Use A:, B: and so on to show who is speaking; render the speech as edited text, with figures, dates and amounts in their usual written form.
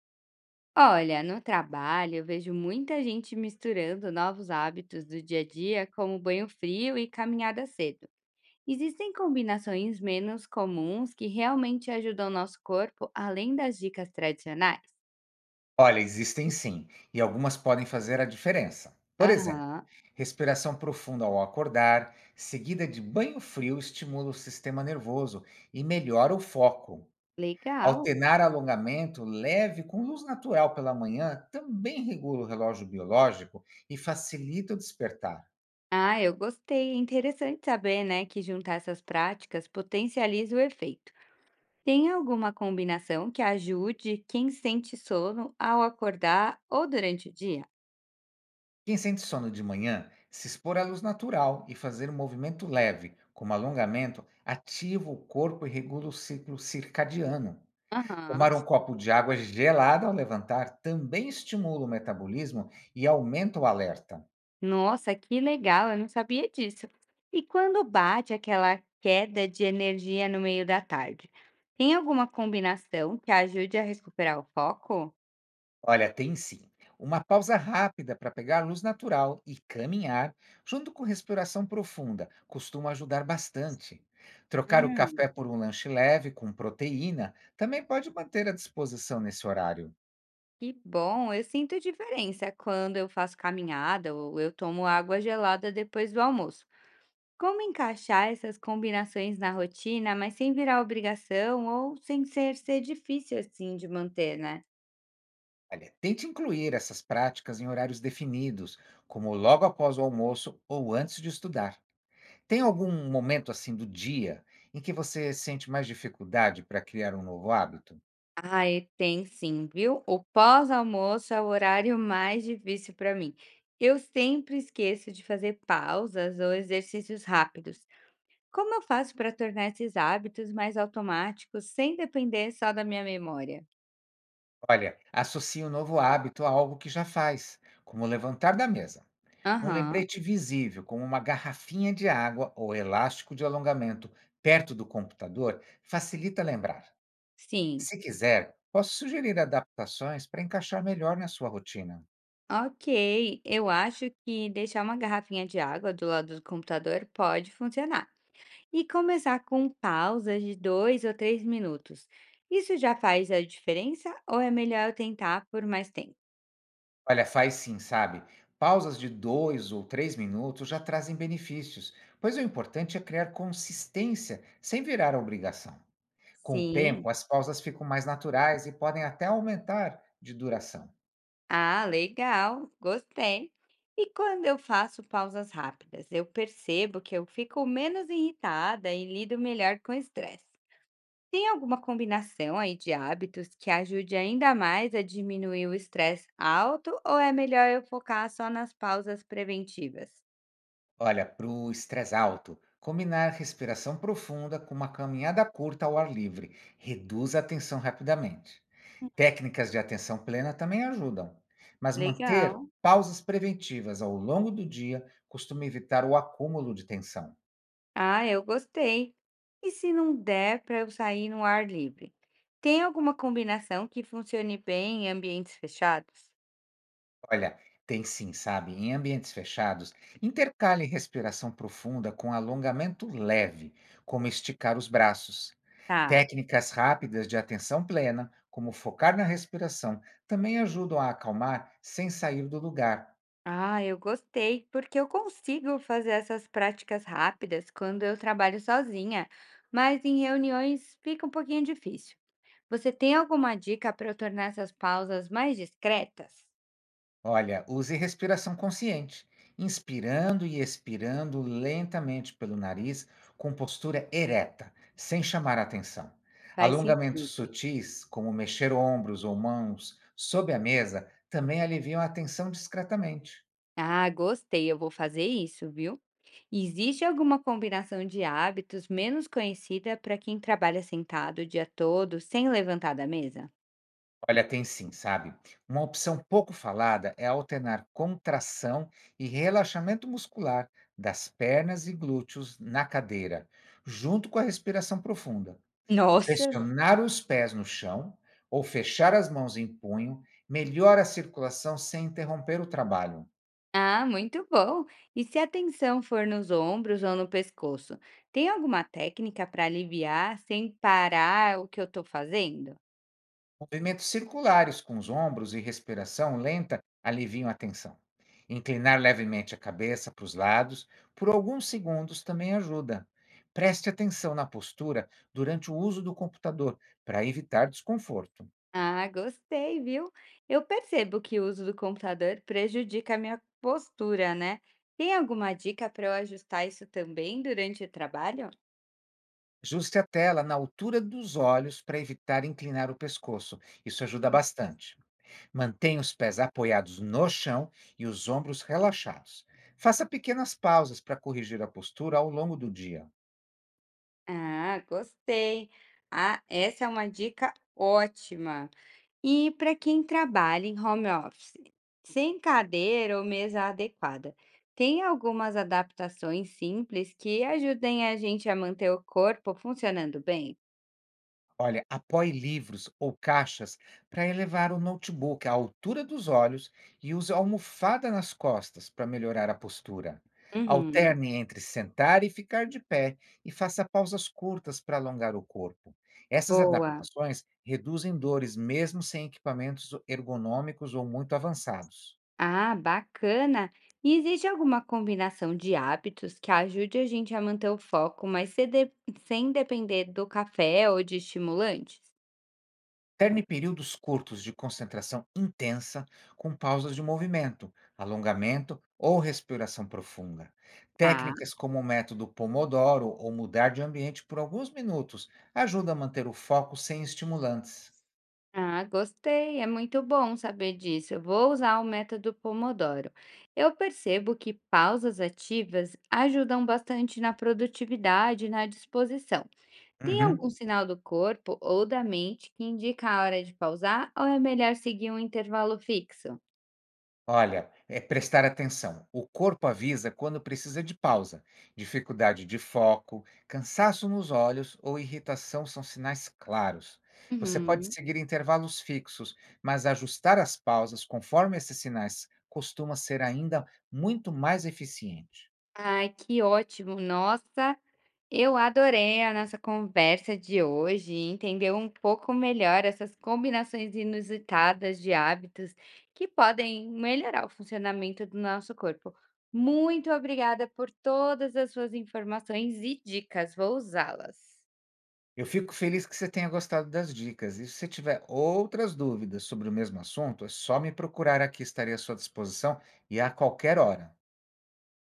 A: Olha, no trabalho eu vejo muita gente misturando novos hábitos do dia a dia, como banho frio e caminhada cedo. Existem combinações menos comuns que realmente ajudam nosso corpo, além das dicas tradicionais?
B: Olha, existem sim, e algumas podem fazer a diferença. Por exemplo,
A: Aham,
B: respiração profunda ao acordar, seguida de banho frio, estimula o sistema nervoso e melhora o foco.
A: legal.
B: Alternar alongamento leve com luz natural pela manhã também regula o relógio biológico e facilita o despertar.
A: Ah, eu gostei. É interessante saber, né, que juntar essas práticas potencializa o efeito. Tem alguma combinação que ajude quem sente sono ao acordar ou durante o dia?
B: Quem sente sono de manhã, se expor à luz natural e fazer um movimento leve, como alongamento, ativa o corpo e regula o ciclo circadiano.
A: Aham.
B: Tomar um copo de água gelada ao levantar também estimula o metabolismo e aumenta o alerta.
A: Nossa, que legal, eu não sabia disso. E quando bate aquela queda de energia no meio da tarde, tem alguma combinação que ajude a recuperar o foco?
B: Olha, tem sim. Uma pausa rápida para pegar luz natural e caminhar, junto com respiração profunda, costuma ajudar bastante. Trocar o café
A: Hum,
B: por um lanche leve com proteína também pode manter a disposição nesse horário.
A: que bom! Eu sinto diferença quando eu faço caminhada ou eu tomo água gelada depois do almoço. Como encaixar essas combinações na rotina, mas sem virar obrigação ou sem ser difícil assim de manter, né?
B: Olha, tente incluir essas práticas em horários definidos, como logo após o almoço ou antes de estudar. Tem algum momento, assim, do dia em que você sente mais dificuldade para criar um novo hábito?
A: Ai, tem sim, viu? O pós-almoço é o horário mais difícil para mim. Eu sempre esqueço de fazer pausas ou exercícios rápidos. Como eu faço para tornar esses hábitos mais automáticos sem depender só da minha memória?
B: Olha, associe o novo hábito a algo que já faz, como levantar da mesa. Um
A: Aham,
B: lembrete visível, como uma garrafinha de água ou elástico de alongamento perto do computador, facilita lembrar.
A: sim.
B: Se quiser, posso sugerir adaptações para encaixar melhor na sua rotina.
A: Ok, eu acho que deixar uma garrafinha de água do lado do computador pode funcionar. E começar com pausas de 2 ou 3 minutos. Isso já faz a diferença ou é melhor eu tentar por mais tempo?
B: Olha, faz sim, sabe? Pausas de dois ou três minutos já trazem benefícios, pois o importante é criar consistência sem virar obrigação. Com o
A: Sim.
B: tempo, as pausas ficam mais naturais e podem até aumentar de duração.
A: Ah, legal. Gostei. E quando eu faço pausas rápidas, eu percebo que eu fico menos irritada e lido melhor com o estresse. Tem alguma combinação aí de hábitos que ajude ainda mais a diminuir o estresse alto ou é melhor eu focar só nas pausas preventivas?
B: Olha, para o estresse alto, combinar respiração profunda com uma caminhada curta ao ar livre reduz a tensão rapidamente. Técnicas de atenção plena também ajudam, mas manter
A: Legal.
B: pausas preventivas ao longo do dia costuma evitar o acúmulo de tensão.
A: Ah, eu gostei. E se não der para eu sair no ar livre? Tem alguma combinação que funcione bem em ambientes fechados?
B: Olha, tem sim, sabe? Em ambientes fechados, intercale respiração profunda com alongamento leve, como esticar os braços.
A: Tá.
B: Técnicas rápidas de atenção plena, como focar na respiração, também ajudam a acalmar sem sair do lugar.
A: Ah, eu gostei, porque eu consigo fazer essas práticas rápidas quando eu trabalho sozinha, mas em reuniões fica um pouquinho difícil. Você tem alguma dica para eu tornar essas pausas mais discretas?
B: Olha, use respiração consciente, inspirando e expirando lentamente pelo nariz, com postura ereta, sem chamar atenção.
A: Faz
B: Alongamentos
A: sentido.
B: sutis, como mexer ombros ou mãos sob a mesa, também aliviam a tensão discretamente.
A: Ah, gostei, eu vou fazer isso, viu? Existe alguma combinação de hábitos menos conhecida para quem trabalha sentado o dia todo sem levantar da mesa?
B: Olha, tem sim, sabe? Uma opção pouco falada é alternar contração e relaxamento muscular das pernas e glúteos na cadeira, junto com a respiração profunda.
A: Nossa!
B: Pressionar os pés no chão ou fechar as mãos em punho melhora a circulação sem interromper o trabalho.
A: Ah, muito bom! E se a tensão for nos ombros ou no pescoço, tem alguma técnica para aliviar sem parar o que eu estou fazendo?
B: Movimentos circulares com os ombros e respiração lenta aliviam a tensão. Inclinar levemente a cabeça para os lados por alguns segundos também ajuda. Preste atenção na postura durante o uso do computador para evitar desconforto.
A: Ah, gostei, viu? Eu percebo que o uso do computador prejudica a minha postura, né? Tem alguma dica para eu ajustar isso também durante o trabalho?
B: Ajuste a tela na altura dos olhos para evitar inclinar o pescoço. Isso ajuda bastante. Mantenha os pés apoiados no chão e os ombros relaxados. Faça pequenas pausas para corrigir a postura ao longo do dia.
A: Ah, gostei. Ah, essa é uma dica ótima. E para quem trabalha em home office, sem cadeira ou mesa adequada, tem algumas adaptações simples que ajudem a gente a manter o corpo funcionando bem?
B: Olha, apoie livros ou caixas para elevar o notebook à altura dos olhos e use a almofada nas costas para melhorar a postura.
A: Uhum,
B: Alterne entre sentar e ficar de pé e faça pausas curtas para alongar o corpo. Essas
A: boa.
B: adaptações reduzem dores mesmo sem equipamentos ergonômicos ou muito avançados.
A: Ah, bacana. E existe alguma combinação de hábitos que ajude a gente a manter o foco, mas se de- sem depender do café ou de estimulantes?
B: Alterne períodos curtos de concentração intensa com pausas de movimento, alongamento ou respiração profunda. Técnicas como o método Pomodoro ou mudar de ambiente por alguns minutos ajudam a manter o foco sem estimulantes.
A: Ah, gostei, é muito bom saber disso. Eu vou usar o método Pomodoro. Eu percebo que pausas ativas ajudam bastante na produtividade e na disposição. Tem
B: Uhum.
A: algum sinal do corpo ou da mente que indica a hora de pausar ou é melhor seguir um intervalo fixo?
B: Olha, é prestar atenção. O corpo avisa quando precisa de pausa. Dificuldade de foco, cansaço nos olhos ou irritação são sinais claros. Você pode
A: Uhum.
B: seguir intervalos fixos, mas ajustar as pausas conforme esses sinais costuma ser ainda muito mais eficiente.
A: Ai, que ótimo! Nossa, eu adorei a nossa conversa de hoje, entender um pouco melhor essas combinações inusitadas de hábitos que podem melhorar o funcionamento do nosso corpo. Muito obrigada por todas as suas informações e dicas, vou usá-las.
B: Eu fico feliz que você tenha gostado das dicas. E se você tiver outras dúvidas sobre o mesmo assunto, é só me procurar aqui, estarei à sua disposição e a qualquer hora.